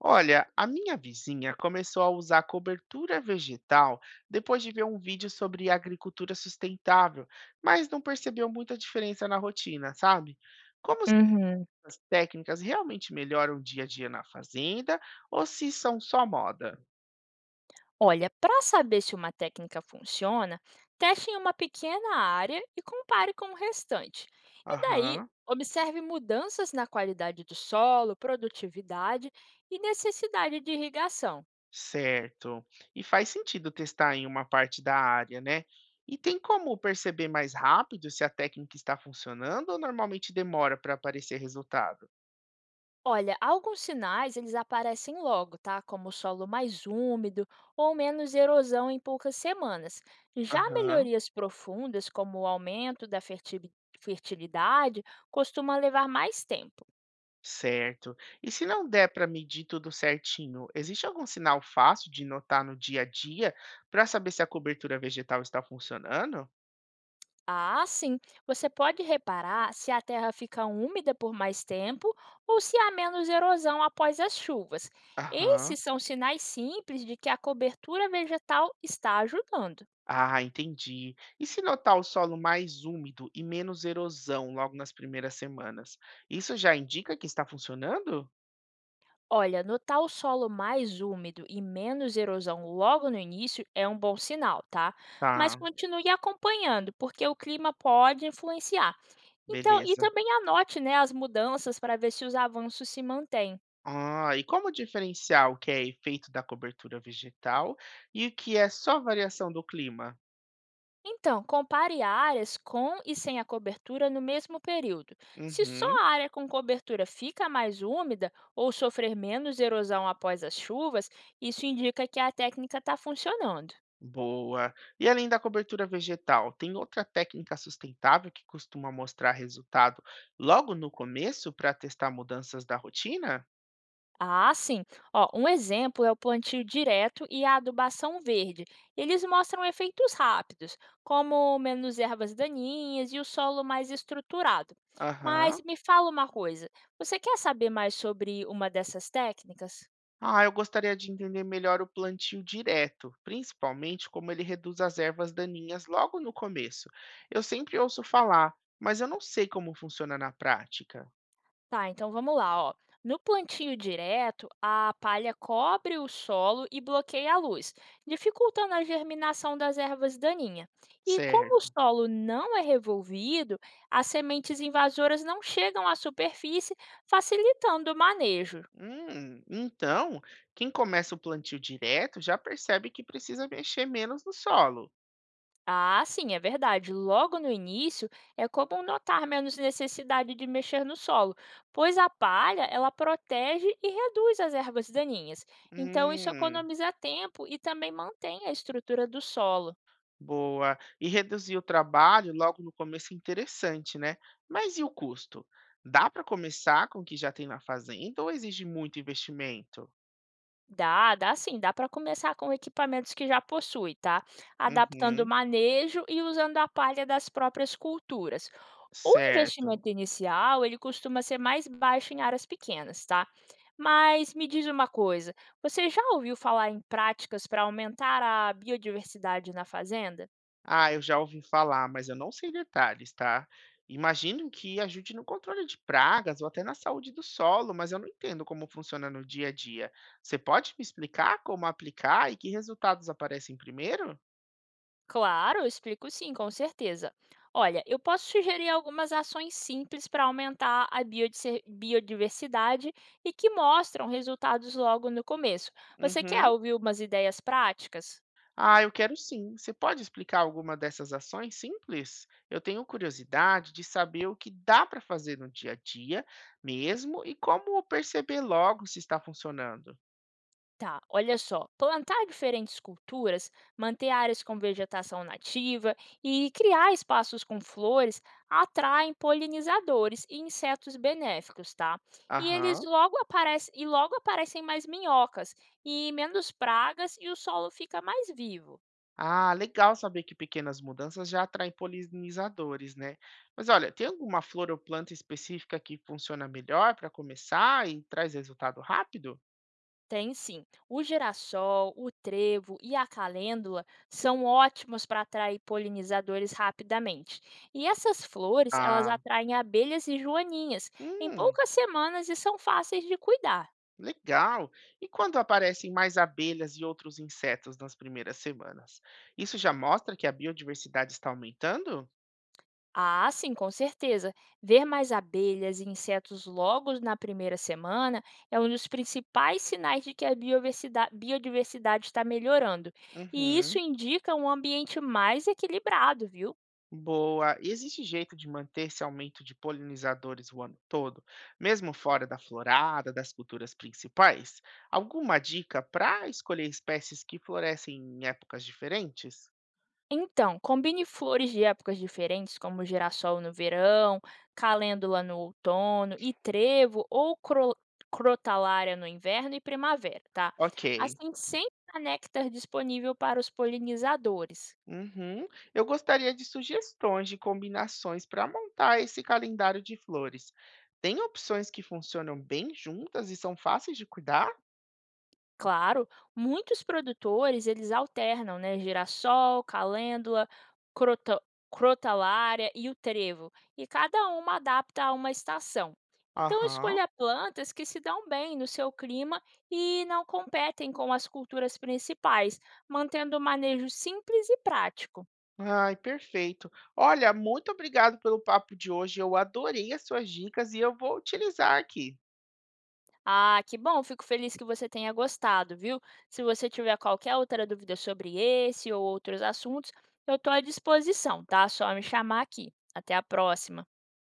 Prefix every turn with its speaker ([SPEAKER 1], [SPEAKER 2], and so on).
[SPEAKER 1] Olha, a minha vizinha começou a usar cobertura vegetal depois de ver um vídeo sobre agricultura sustentável, mas não percebeu muita diferença na rotina, sabe? Como se
[SPEAKER 2] Uhum.
[SPEAKER 1] essas técnicas realmente melhoram o dia a dia na fazenda ou se são só moda?
[SPEAKER 2] Olha, para saber se uma técnica funciona, teste em uma pequena área e compare com o restante. E daí,
[SPEAKER 1] Aham,
[SPEAKER 2] observe mudanças na qualidade do solo, produtividade e necessidade de irrigação.
[SPEAKER 1] certo. E faz sentido testar em uma parte da área, né? E tem como perceber mais rápido se a técnica está funcionando ou normalmente demora para aparecer resultado?
[SPEAKER 2] Olha, alguns sinais eles aparecem logo, tá? Como solo mais úmido ou menos erosão em poucas semanas. Já
[SPEAKER 1] Aham.
[SPEAKER 2] melhorias profundas, como o aumento da fertilidade, costuma levar mais tempo.
[SPEAKER 1] Certo. E se não der para medir tudo certinho, existe algum sinal fácil de notar no dia a dia para saber se a cobertura vegetal está funcionando?
[SPEAKER 2] Ah, sim. Você pode reparar se a terra fica úmida por mais tempo ou se há menos erosão após as chuvas.
[SPEAKER 1] Aham.
[SPEAKER 2] Esses são sinais simples de que a cobertura vegetal está ajudando.
[SPEAKER 1] Ah, entendi. E se notar o solo mais úmido e menos erosão logo nas primeiras semanas, isso já indica que está funcionando?
[SPEAKER 2] Olha, notar o solo mais úmido e menos erosão logo no início é um bom sinal, tá? Mas
[SPEAKER 1] Tá,
[SPEAKER 2] continue acompanhando, porque o clima pode influenciar. Então, e
[SPEAKER 1] beleza.
[SPEAKER 2] também anote, né, as mudanças para ver se os avanços se mantêm.
[SPEAKER 1] Ah, e como diferenciar o que é efeito da cobertura vegetal e o que é só variação do clima?
[SPEAKER 2] Então, compare áreas com e sem a cobertura no mesmo período. Se só
[SPEAKER 1] Uhum.
[SPEAKER 2] a área com cobertura fica mais úmida ou sofrer menos erosão após as chuvas, isso indica que a técnica está funcionando.
[SPEAKER 1] Boa. E além da cobertura vegetal, tem outra técnica sustentável que costuma mostrar resultado logo no começo para testar mudanças da rotina?
[SPEAKER 2] Ah, sim. Ó, um exemplo é o plantio direto e a adubação verde. Eles mostram efeitos rápidos, como menos ervas daninhas e o solo mais estruturado.
[SPEAKER 1] Aham.
[SPEAKER 2] Mas me fala uma coisa: você quer saber mais sobre uma dessas técnicas?
[SPEAKER 1] Ah, eu gostaria de entender melhor o plantio direto, principalmente como ele reduz as ervas daninhas logo no começo. Eu sempre ouço falar, mas eu não sei como funciona na prática.
[SPEAKER 2] Tá, então vamos lá, ó. No plantio direto, a palha cobre o solo e bloqueia a luz, dificultando a germinação das ervas daninhas. E como o
[SPEAKER 1] Certo.
[SPEAKER 2] solo não é revolvido, as sementes invasoras não chegam à superfície, facilitando o manejo.
[SPEAKER 1] Então, quem começa o plantio direto já percebe que precisa mexer menos no solo.
[SPEAKER 2] Ah, sim, é verdade. Logo no início, é comum notar menos necessidade de mexer no solo, pois a palha ela protege e reduz as ervas daninhas. Então, isso
[SPEAKER 1] Hum.
[SPEAKER 2] economiza tempo e também mantém a estrutura do solo.
[SPEAKER 1] Boa. E reduzir o trabalho logo no começo é interessante, né? Mas e o custo? Dá para começar com o que já tem na fazenda ou exige muito investimento?
[SPEAKER 2] Dá sim, dá para começar com equipamentos que já possui, tá? Adaptando o
[SPEAKER 1] Uhum,
[SPEAKER 2] manejo e usando a palha das próprias culturas. O
[SPEAKER 1] certo.
[SPEAKER 2] investimento inicial, ele costuma ser mais baixo em áreas pequenas, tá? Mas me diz uma coisa, você já ouviu falar em práticas para aumentar a biodiversidade na fazenda?
[SPEAKER 1] Ah, eu já ouvi falar, mas eu não sei detalhes, tá? Imagino que ajude no controle de pragas ou até na saúde do solo, mas eu não entendo como funciona no dia a dia. Você pode me explicar como aplicar e que resultados aparecem primeiro?
[SPEAKER 2] Claro, eu explico sim, com certeza. Olha, eu posso sugerir algumas ações simples para aumentar a biodiversidade e que mostram resultados logo no começo. Você quer
[SPEAKER 1] Uhum.
[SPEAKER 2] ouvir umas ideias práticas?
[SPEAKER 1] Ah, eu quero sim. Você pode explicar alguma dessas ações simples? Eu tenho curiosidade de saber o que dá para fazer no dia a dia mesmo e como perceber logo se está funcionando.
[SPEAKER 2] Tá, olha só. Plantar diferentes culturas, manter áreas com vegetação nativa e criar espaços com flores atraem polinizadores e insetos benéficos, tá? E eles
[SPEAKER 1] Aham.
[SPEAKER 2] logo aparecem e logo aparecem mais minhocas e menos pragas e o solo fica mais vivo.
[SPEAKER 1] Ah, legal saber que pequenas mudanças já atraem polinizadores, né? Mas olha, tem alguma flor ou planta específica que funciona melhor para começar e traz resultado rápido?
[SPEAKER 2] Tem sim. O girassol, o trevo e a calêndula são ótimos para atrair polinizadores rapidamente. E essas flores, elas
[SPEAKER 1] Ah,
[SPEAKER 2] atraem abelhas e joaninhas em
[SPEAKER 1] hum.
[SPEAKER 2] poucas semanas e são fáceis de cuidar.
[SPEAKER 1] Legal! E quando aparecem mais abelhas e outros insetos nas primeiras semanas? Isso já mostra que a biodiversidade está aumentando?
[SPEAKER 2] Ah, sim, com certeza. Ver mais abelhas e insetos logo na primeira semana é um dos principais sinais de que a biodiversidade está melhorando. E isso
[SPEAKER 1] Uhum.
[SPEAKER 2] indica um ambiente mais equilibrado, viu?
[SPEAKER 1] Boa. E existe jeito de manter esse aumento de polinizadores o ano todo, mesmo fora da florada, das culturas principais? Alguma dica para escolher espécies que florescem em épocas diferentes?
[SPEAKER 2] Então, combine flores de épocas diferentes, como girassol no verão, calêndula no outono e trevo ou crotalária no inverno e primavera, tá?
[SPEAKER 1] Ok.
[SPEAKER 2] Assim, sempre há néctar disponível para os polinizadores.
[SPEAKER 1] Uhum. Eu gostaria de sugestões de combinações para montar esse calendário de flores. Tem opções que funcionam bem juntas e são fáceis de cuidar?
[SPEAKER 2] Claro, muitos produtores eles alternam, né, girassol, calêndula, crota- crotalária e o trevo, e cada uma adapta a uma estação. Então
[SPEAKER 1] Aham.
[SPEAKER 2] escolha plantas que se dão bem no seu clima e não competem com as culturas principais, mantendo o manejo simples e prático.
[SPEAKER 1] Ai, perfeito. Olha, muito obrigado pelo papo de hoje. Eu adorei as suas dicas e eu vou utilizar aqui.
[SPEAKER 2] Ah, que bom, fico feliz que você tenha gostado, viu? Se você tiver qualquer outra dúvida sobre esse ou outros assuntos, eu estou à disposição, tá? Só me chamar aqui. Até a próxima.